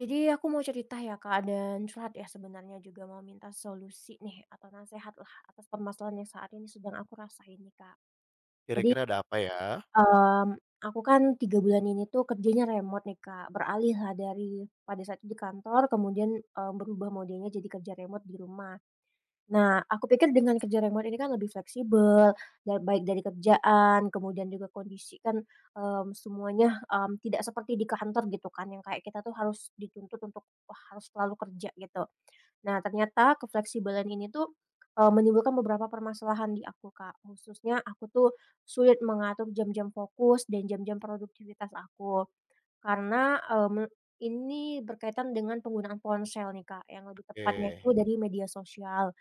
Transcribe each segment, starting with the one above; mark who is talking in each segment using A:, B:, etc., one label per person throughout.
A: Jadi aku mau cerita ya Kak dan curhat ya sebenarnya juga mau minta solusi nih atau nasehat lah atas permasalahan yang saat ini sedang aku rasain nih Kak. Jadi,
B: Kira-kira ada apa ya?
A: mmm, aku kan 3 bulan ini tuh kerjanya remote nih Kak, beralih lah dari pada saat di kantor kemudian, berubah modenya jadi kerja remote di rumah. Nah, aku pikir dengan kerja remote ini kan lebih fleksibel, dan baik dari kerjaan, kemudian juga kondisi kan, semuanya, tidak seperti di kantor gitu kan, yang kayak kita tuh harus dituntut untuk, wah harus selalu kerja gitu. Nah, ternyata kefleksibelan ini tuh, menimbulkan beberapa permasalahan di aku, Kak. Khususnya aku tuh sulit mengatur jam-jam fokus dan jam-jam produktivitas aku. Karena, mmm, ini berkaitan dengan penggunaan ponsel nih, Kak, yang lebih tepatnya
B: Oke,
A: itu dari media sosial.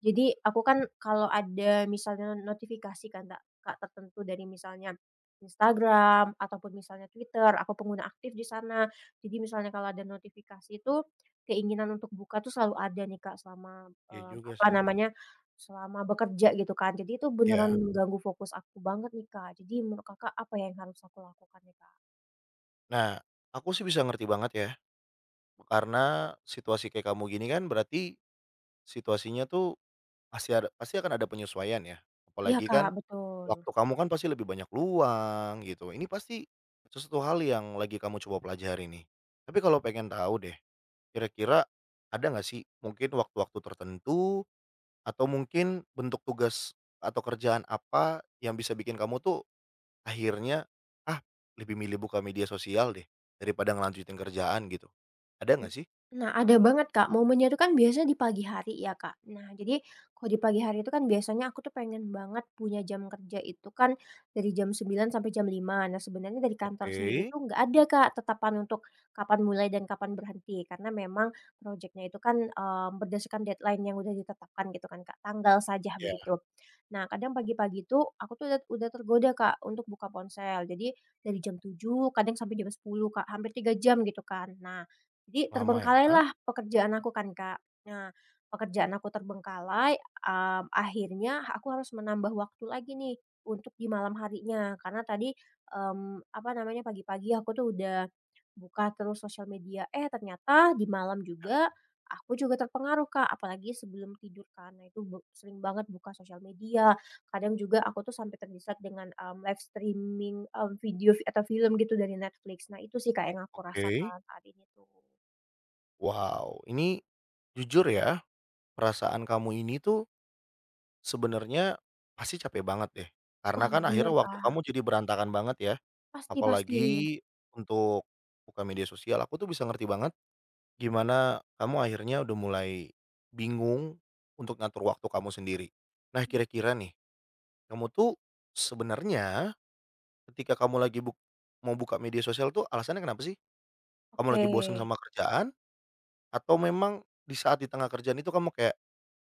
A: Jadi aku kan kalau ada misalnya notifikasi kan Kak Kak tertentu dari misalnya Instagram ataupun misalnya Twitter, aku pengguna aktif di sana. Jadi misalnya kalau ada notifikasi itu, keinginan untuk buka tuh selalu ada nih Kak selama,
B: iya
A: eee,
B: juga
A: apa
B: sih.
A: namanya, selama bekerja gitu kan. Jadi itu beneran
B: Ya.
A: mengganggu fokus aku banget nih Kak. Jadi menurut Kakak apa ya yang harus aku lakukan nih Kak?
B: Nah, aku sih bisa ngerti banget ya, karena situasi kayak kamu gini kan berarti situasinya tuh pasti akan ada penyesuaian ya.
A: Iya
B: Apalagi
A: Kak,
B: kan
A: betul.
B: waktu kamu kan pasti lebih banyak luang gitu. Ini pasti sesuatu hal yang lagi kamu coba pelajari nih. Tapi kalau pengen tahu deh, kira-kira ada nggak sih mungkin waktu-waktu tertentu atau mungkin bentuk tugas atau kerjaan apa yang bisa bikin kamu tuh akhirnya, ah, lebih milih buka media sosial deh, daripada ngelanjutin kerjaan gitu. Ada
A: Mmm,
B: nggak sih?
A: nah ada banget, Kak, momennya itu kan biasanya di pagi hari ya, Kak. Nah jadi kalau di pagi hari itu kan biasanya aku tuh pengen banget punya jam kerja itu kan dari jam 9 sampai jam 5. Nah sebenarnya dari kantor sendiri
B: Oke,
A: tuh nggak ada, Kak, tetapan untuk kapan mulai dan kapan berhenti karena memang proyeknya itu kan, berdasarkan deadline yang udah ditetapkan gitu kan, Kak, tanggal saja
B: ya.
A: begitu. Nah kadang pagi-pagi itu aku tuh udah tergoda, Kak, untuk buka ponsel. Jadi dari jam 7 kadang sampai jam 10 Kak, hampir 3 jam gitu kan. Nah jadi
B: Lama ya?
A: terbengkalailah pekerjaan aku kan, Kak. Nah, pekerjaan aku terbengkalai, akhirnya aku harus menambah waktu lagi nih untuk di malam harinya karena tadi, apa namanya, pagi-pagi aku tuh udah buka terus sosial media, eh ternyata di malam juga aku juga terpengaruh, Kak, apalagi sebelum tidur karena itu be sering banget buka sosial media, kadang juga aku tuh sampai terdesak dengan, live streaming, video atau film gitu dari Netflix. Nah itu sih, Kak, yang aku
B: Oke.
A: rasakan saat ini tuh.
B: Wow, ini jujur ya, perasaan kamu ini tuh sebenarnya pasti capek banget deh. Karena
A: Wah,
B: kan
A: bener,
B: akhirnya waktu kamu
A: Kak.
B: jadi berantakan banget ya,
A: Pasti, pasti.
B: apalagi untuk buka media sosial. Aku tuh bisa ngerti banget gimana kamu akhirnya udah mulai bingung untuk ngatur waktu kamu sendiri. Nah, kira-kira nih kamu tuh sebenarnya ketika kamu lagi buka media sosial tuh alasannya kenapa sih? Kamu
A: Oke,
B: lagi bosan sama kerjaan atau memang di saat di tengah kerjaan itu kamu kayak,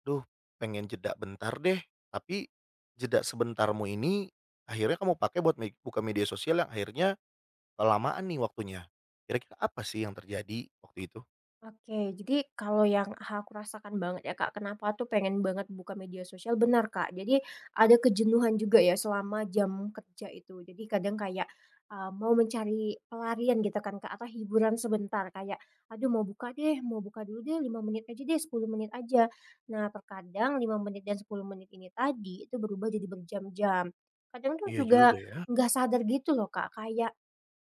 B: "Duh, pengen jeda bentar deh." Tapi jeda sebentarmu ini akhirnya kamu pakai buat buka media sosial yang akhirnya kelamaan nih waktunya. Kira-kira apa sih yang terjadi waktu itu?
A: oke. Jadi kalau yang aku rasakan banget ya, Kak, kenapa tuh pengen banget buka media sosial, benar, Kak. Jadi ada kejenuhan juga ya selama jam kerja itu. Jadi kadang kayak, mau mencari pelarian gitu kan, Kak, atau hiburan sebentar kayak, "Aduh mau buka deh, mau buka dulu deh 5 menit aja deh, 10 menit aja." Nah, terkadang 5 menit dan 10 menit ini tadi itu berubah jadi berjam-jam. Kadang tuh
B: Iya
A: juga
B: juga ya. Oke.
A: nggak sadar gitu loh, Kak, kayak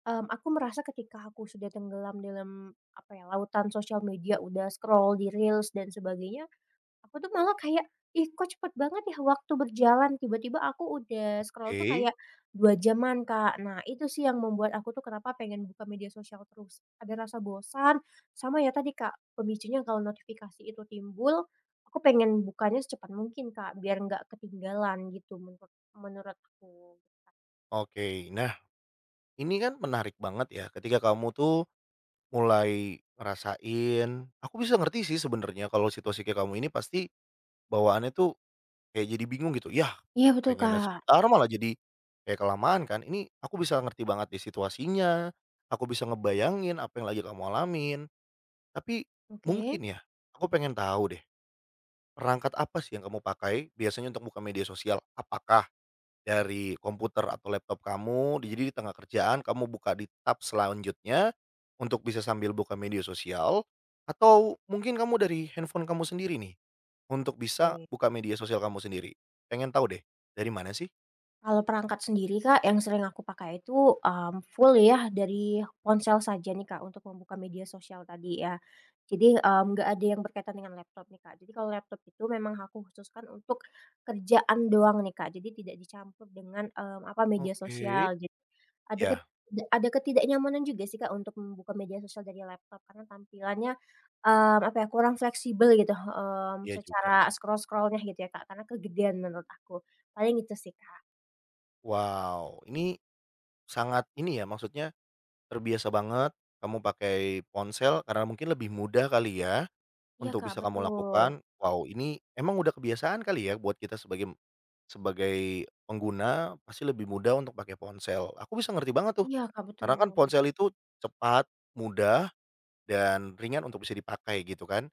A: Aku merasa ketika aku sudah tenggelam dalam, apa ya, lautan sosial media, udah scroll di reels dan sebagainya, aku tuh malah kayak, "Ih, kok cepet banget ya waktu berjalan?" Tiba-tiba aku udah scroll tuh
B: Oke.
A: kayak 2 jaman, Kak. Nah, itu sih yang membuat aku tuh kenapa pengen buka media sosial terus. Ada rasa bosan, sama ya tadi, Kak, pemicunya kalau notifikasi itu timbul, aku pengen bukanya secepat mungkin, Kak, biar nggak ketinggalan gitu menurut menurut aku.
B: Oke. Nah, ini kan menarik banget ya ketika kamu tuh mulai ngerasain aku bisa ngerti sih sebenarnya kalau situasi kayak kamu ini pasti bawaannya tuh kayak jadi bingung gitu, yah,
A: Iya, betul,
B: pengennya
A: Kak.
B: sebentar malah jadi kayak kelamaan kan. Ini aku bisa ngerti banget di situasinya, aku bisa ngebayangin apa yang lagi kamu alamin. Tapi
A: Oke.
B: mungkin ya, aku pengen tahu deh, perangkat apa sih yang kamu pakai biasanya untuk buka media sosial? Apakah dari komputer atau laptop kamu, jadi di tengah kerjaan kamu buka di tab selanjutnya, untuk bisa sambil buka media sosial, atau mungkin kamu dari handphone kamu sendiri nih, untuk bisa
A: Oke.
B: buka media sosial kamu sendiri? Pengen tahu deh, dari mana sih?
A: Kalau perangkat sendiri Kak, yang sering aku pakai itu, full ya dari ponsel saja nih Kak, untuk membuka media sosial tadi ya. Jadi, nggak ada yang berkaitan dengan laptop nih Kak. Jadi kalau laptop itu memang aku khususkan untuk kerjaan doang nih Kak, jadi tidak dicampur dengan, apa, media
B: Oke.
A: sosial. Jadi ada ket
B: Ya,
A: ada ketidaknyamanan juga sih Kak untuk membuka media sosial dari laptop karena tampilannya, apa ya, kurang fleksibel gitu,
B: iya juga.
A: secara scrollnya gitu ya Kak, karena kegedean menurut aku. Paling itu sih Kak.
B: Wow, ini sangat ini ya, maksudnya terbiasa banget kamu pakai ponsel karena mungkin lebih mudah kali ya,
A: Iya,
B: untuk
A: Kak,
B: bisa kamu
A: betul.
B: lakukan. Wow, ini emang udah kebiasaan kali ya buat kita sebagai Sebagai pengguna pasti lebih mudah untuk pakai ponsel. Aku bisa ngerti banget tuh,
A: Iya, Kak, betul.
B: karena kan
A: Pasti,
B: ponsel itu cepat, mudah, dan ringan untuk bisa dipakai gitu kan.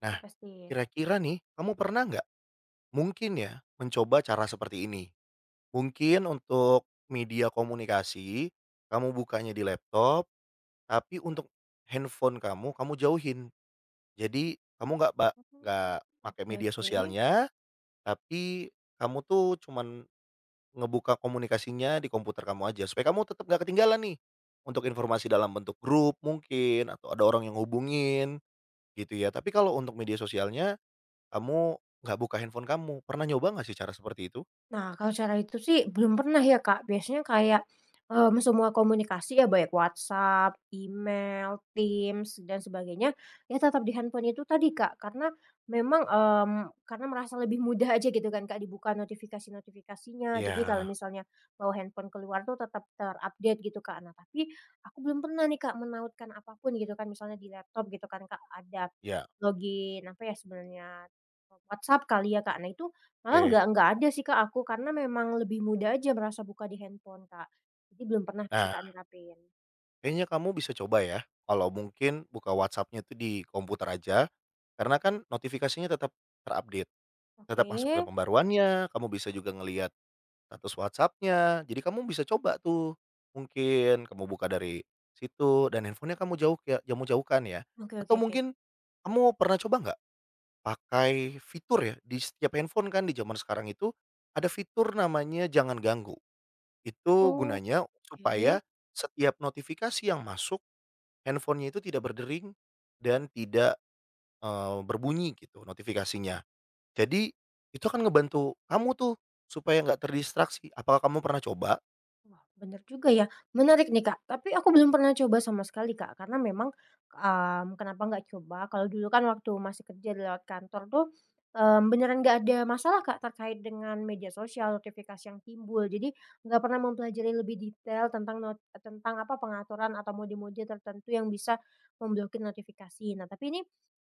B: Nah,
A: pasti.
B: kira-kira nih kamu pernah nggak mungkin ya mencoba cara seperti ini? Mungkin untuk media komunikasi kamu bukanya di laptop, tapi untuk handphone kamu, kamu jauhin. Jadi kamu nggak ba
A: Mhm,
B: nggak pakai
A: oke,
B: media
A: oke.
B: sosialnya, tapi kamu tuh cuman ngebuka komunikasinya di komputer kamu aja, supaya kamu tetap gak ketinggalan nih, untuk informasi dalam bentuk grup mungkin, atau ada orang yang hubungin gitu ya. Tapi kalau untuk media sosialnya, kamu nggak buka handphone kamu. Pernah nyoba nggak sih cara seperti itu?
A: Nah, kalau cara itu sih belum pernah ya, Kak. Biasanya kayak, semua komunikasi ya baik WhatsApp, email, Teams, dan sebagainya, ya tetap di handphone itu tadi, Kak. Karena memang, karena merasa lebih mudah aja gitu kan, Kak, dibuka notifikasi-notifikasinya. Jadi kalau
B: Ya,
A: misalnya bawa handphone keluar tuh tetap terupdate gitu, Kak. Nah, tapi aku belum pernah nih, Kak, menautkan apapun gitu kan, misalnya di laptop gitu kan, Kak, ada
B: ya,
A: login apa ya sebenarnya, WhatsApp kali ya, Kak. Nah, itu malah
B: oke.
A: nggak ada sih Kak aku, karena memang lebih mudah aja merasa buka di handphone Kak. Jadi belum pernah sih
B: Nah,
A: Kak nerapin.
B: kayaknya kamu bisa coba ya, kalau mungkin buka WhatsApp-nya itu di komputer aja, karena kan notifikasinya tetap terupdate, tetap
A: Oke,
B: masuk ke pembaruannya, kamu bisa juga ngelihat status WhatsApp-nya, jadi kamu bisa coba tuh, mungkin kamu buka dari situ dan handphonenya kamu jauh ya kamu jauhkan ya,
A: oke, oke,
B: atau
A: oke.
B: mungkin kamu pernah coba nggak pakai fitur ya di setiap handphone kan di zaman sekarang itu ada fitur namanya jangan ganggu. Itu
A: Oke.
B: gunanya supaya setiap notifikasi yang masuk handphonenya itu tidak berdering dan tidak, berbunyi gitu notifikasinya. Jadi itu akan ngebantu kamu tuh supaya nggak terdistraksi. Apakah kamu pernah coba?
A: Wah, bener juga ya. Menarik nih, Kak. Tapi aku belum pernah coba sama sekali, Kak. Karena memang, kenapa nggak coba, kalau dulu kan waktu masih kerja di lewat kantor tuh, beneran nggak ada masalah, Kak, terkait dengan media sosial, notifikasi yang timbul. Jadi nggak pernah mempelajari lebih detail tentang not tentang apa, pengaturan atau mode-mode tertentu yang bisa memblokir notifikasi. Nah, tapi ini,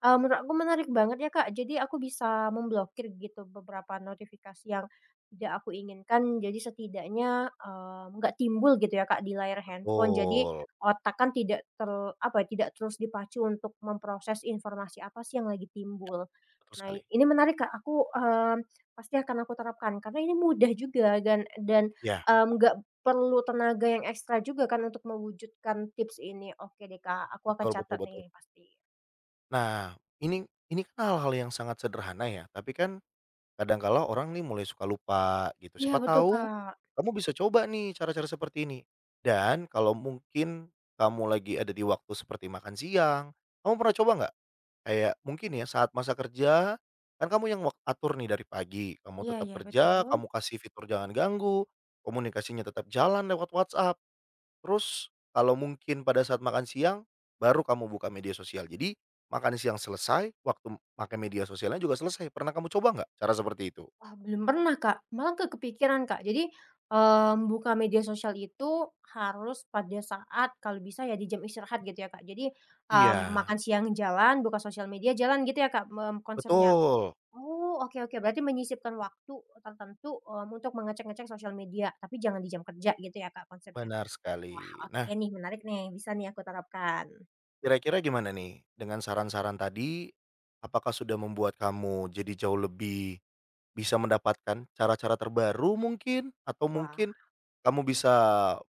A: eee, menurut aku menarik banget ya, Kak. Jadi aku bisa memblokir gitu beberapa notifikasi yang tidak aku inginkan, jadi setidaknya, nggak timbul gitu ya, Kak, di layar handphone. Jadi
B: Betul.
A: otak kan tidak ter apa ya, tidak terus dipacu untuk memproses informasi apa sih yang lagi timbul.
B: Betul
A: Nah,
B: sekali.
A: ini menarik, Kak, aku, pasti akan aku terapkan karena ini mudah juga dan dan,
B: Iya,
A: mmm, nggak perlu tenaga yang ekstra juga kan untuk mewujudkan tips ini. Oke deh, Kak, aku akan
B: betul betul
A: catat
B: betul.
A: nih pasti.
B: Nah, ini ini kan hal-hal yang sangat sederhana ya, tapi kan kadang kala orang nih mulai suka lupa gitu.
A: Iya
B: Siapa
A: betul,
B: tahu
A: Kak.
B: kamu bisa coba nih cara-cara seperti ini. Dan kalau mungkin kamu lagi ada di waktu seperti makan siang, kamu pernah coba nggak? Kayak mungkin ya saat masa kerja, kan kamu yang atur nih dari pagi, kamu
A: Iya,
B: tetap
A: iya,
B: kerja,
A: betul.
B: kamu kasih fitur jangan ganggu, komunikasinya tetap jalan lewat WhatsApp. Terus kalau mungkin pada saat makan siang, baru kamu buka media sosial. Jadi, makan siang selesai, waktu pakai media sosialnya juga selesai. Pernah kamu coba nggak cara seperti itu?
A: Wah, belum pernah, Kak. Malah nggak kepikiran, Kak. Jadi, buka media sosial itu harus pada saat kalau bisa ya di jam istirahat gitu ya, Kak. Jadi,
B: Iya.
A: makan siang jalan, buka sosial media jalan gitu ya, Kak, konsepnya?
B: Betul,
A: Oh, oke, oke. Berarti menyisipkan waktu tertentu, untuk mengecek-ngecek sosial media, tapi jangan di jam kerja gitu ya, Kak, konsepnya?
B: benar
A: Wah,
B: sekali.
A: oke
B: Nah,
A: nih, menarik nih. Bisa nih aku terapkan.
B: kira-kira gimana nih dengan saran-saran tadi, apakah sudah membuat kamu jadi jauh lebih bisa mendapatkan cara-cara terbaru mungkin, atau
A: Wah,
B: mungkin kamu
A: oke.
B: bisa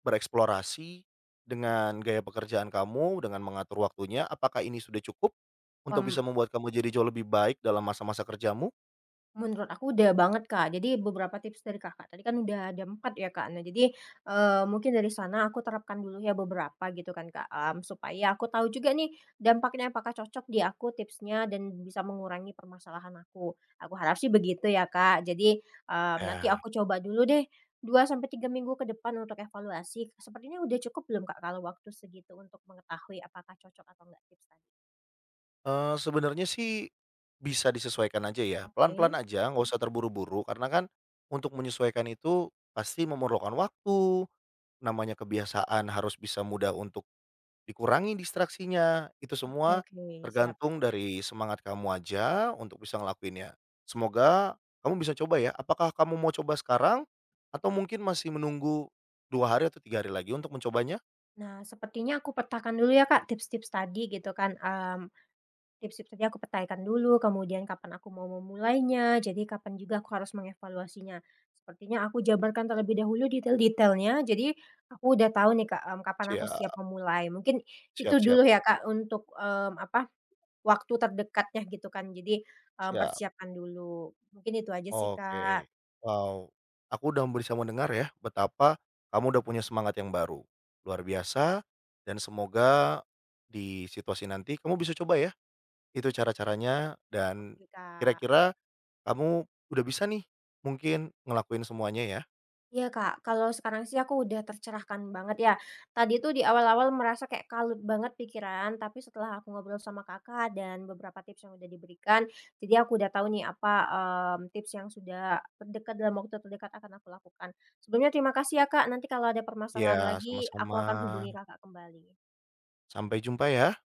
B: bereksplorasi dengan gaya pekerjaan kamu, dengan mengatur waktunya. Apakah ini sudah cukup untuk bisa
A: Mmm.
B: membuat kamu jadi jauh lebih baik dalam masa-masa kerjamu?
A: Menurut aku udah banget, Kak. Jadi beberapa tips dari Kakak tadi kan udah ada 4 ya, Kak. Nah jadi, mungkin dari sana aku terapkan dulu ya beberapa gitu kan, Kak, supaya aku tahu juga nih dampaknya apakah cocok di aku tipsnya dan bisa mengurangi permasalahan aku. Aku harap sih begitu ya, Kak. Jadi, nanti
B: Ya.
A: aku coba dulu deh 2 sampai 3 minggu ke depan untuk evaluasi. Sepertinya udah cukup belum, Kak, kalau waktu segitu untuk mengetahui apakah cocok atau enggak tips tadi?
B: Sebenarnya sih bisa disesuaikan aja ya, pelan-pelan
A: Oke.
B: aja, nggak
A: Mhm.
B: usah terburu-buru, karena kan untuk menyesuaikan itu pasti memerlukan waktu, namanya kebiasaan harus bisa mudah untuk dikurangi distraksinya, itu
A: Oke,
B: semua
A: oke, siap.
B: tergantung dari semangat kamu aja untuk bisa ngelakuinnya. Semoga kamu bisa coba ya. Apakah kamu mau coba sekarang atau mungkin masih menunggu 2 hari atau 3 hari lagi untuk mencobanya?
A: Nah, sepertinya aku petakan dulu ya Kak, tips-tips tadi gitu kan, tips-tips tadi aku petaikan dulu, kemudian kapan aku mau memulainya, jadi kapan juga aku harus mengevaluasinya. Sepertinya aku jabarkan terlebih dahulu detail-detailnya, jadi aku udah tahu nih Kak, kapan aku siap
B: Siap,
A: memulai. Mungkin itu
B: siap, siap,
A: dulu ya Kak, untuk, apa, waktu terdekatnya gitu kan, jadi,
B: siap.
A: persiapkan dulu. Mungkin itu aja sih Kak.
B: Oke. Wow, aku udah bisa mendengar ya betapa kamu udah punya semangat yang baru. Luar biasa, dan semoga di situasi nanti kamu bisa coba ya itu cara-caranya dan
A: Oke Kak.
B: kira-kira kamu udah bisa nih, mungkin ngelakuin semuanya ya.
A: Iya, Kak, kalau sekarang sih aku udah tercerahkan banget ya. Tadi tuh di awal-awal merasa kayak kalut banget pikiran, tapi setelah aku ngobrol sama Kakak dan beberapa tips yang udah diberikan, jadi aku udah tahu nih apa, tips yang sudah terdekat dalam waktu terdekat akan aku lakukan. Sebelumnya terima kasih ya, Kak, nanti kalau ada permasalahan
B: Ya,
A: lagi aku
B: sama-sama.
A: akan hubungi Kakak kembali.
B: Sampai jumpa ya.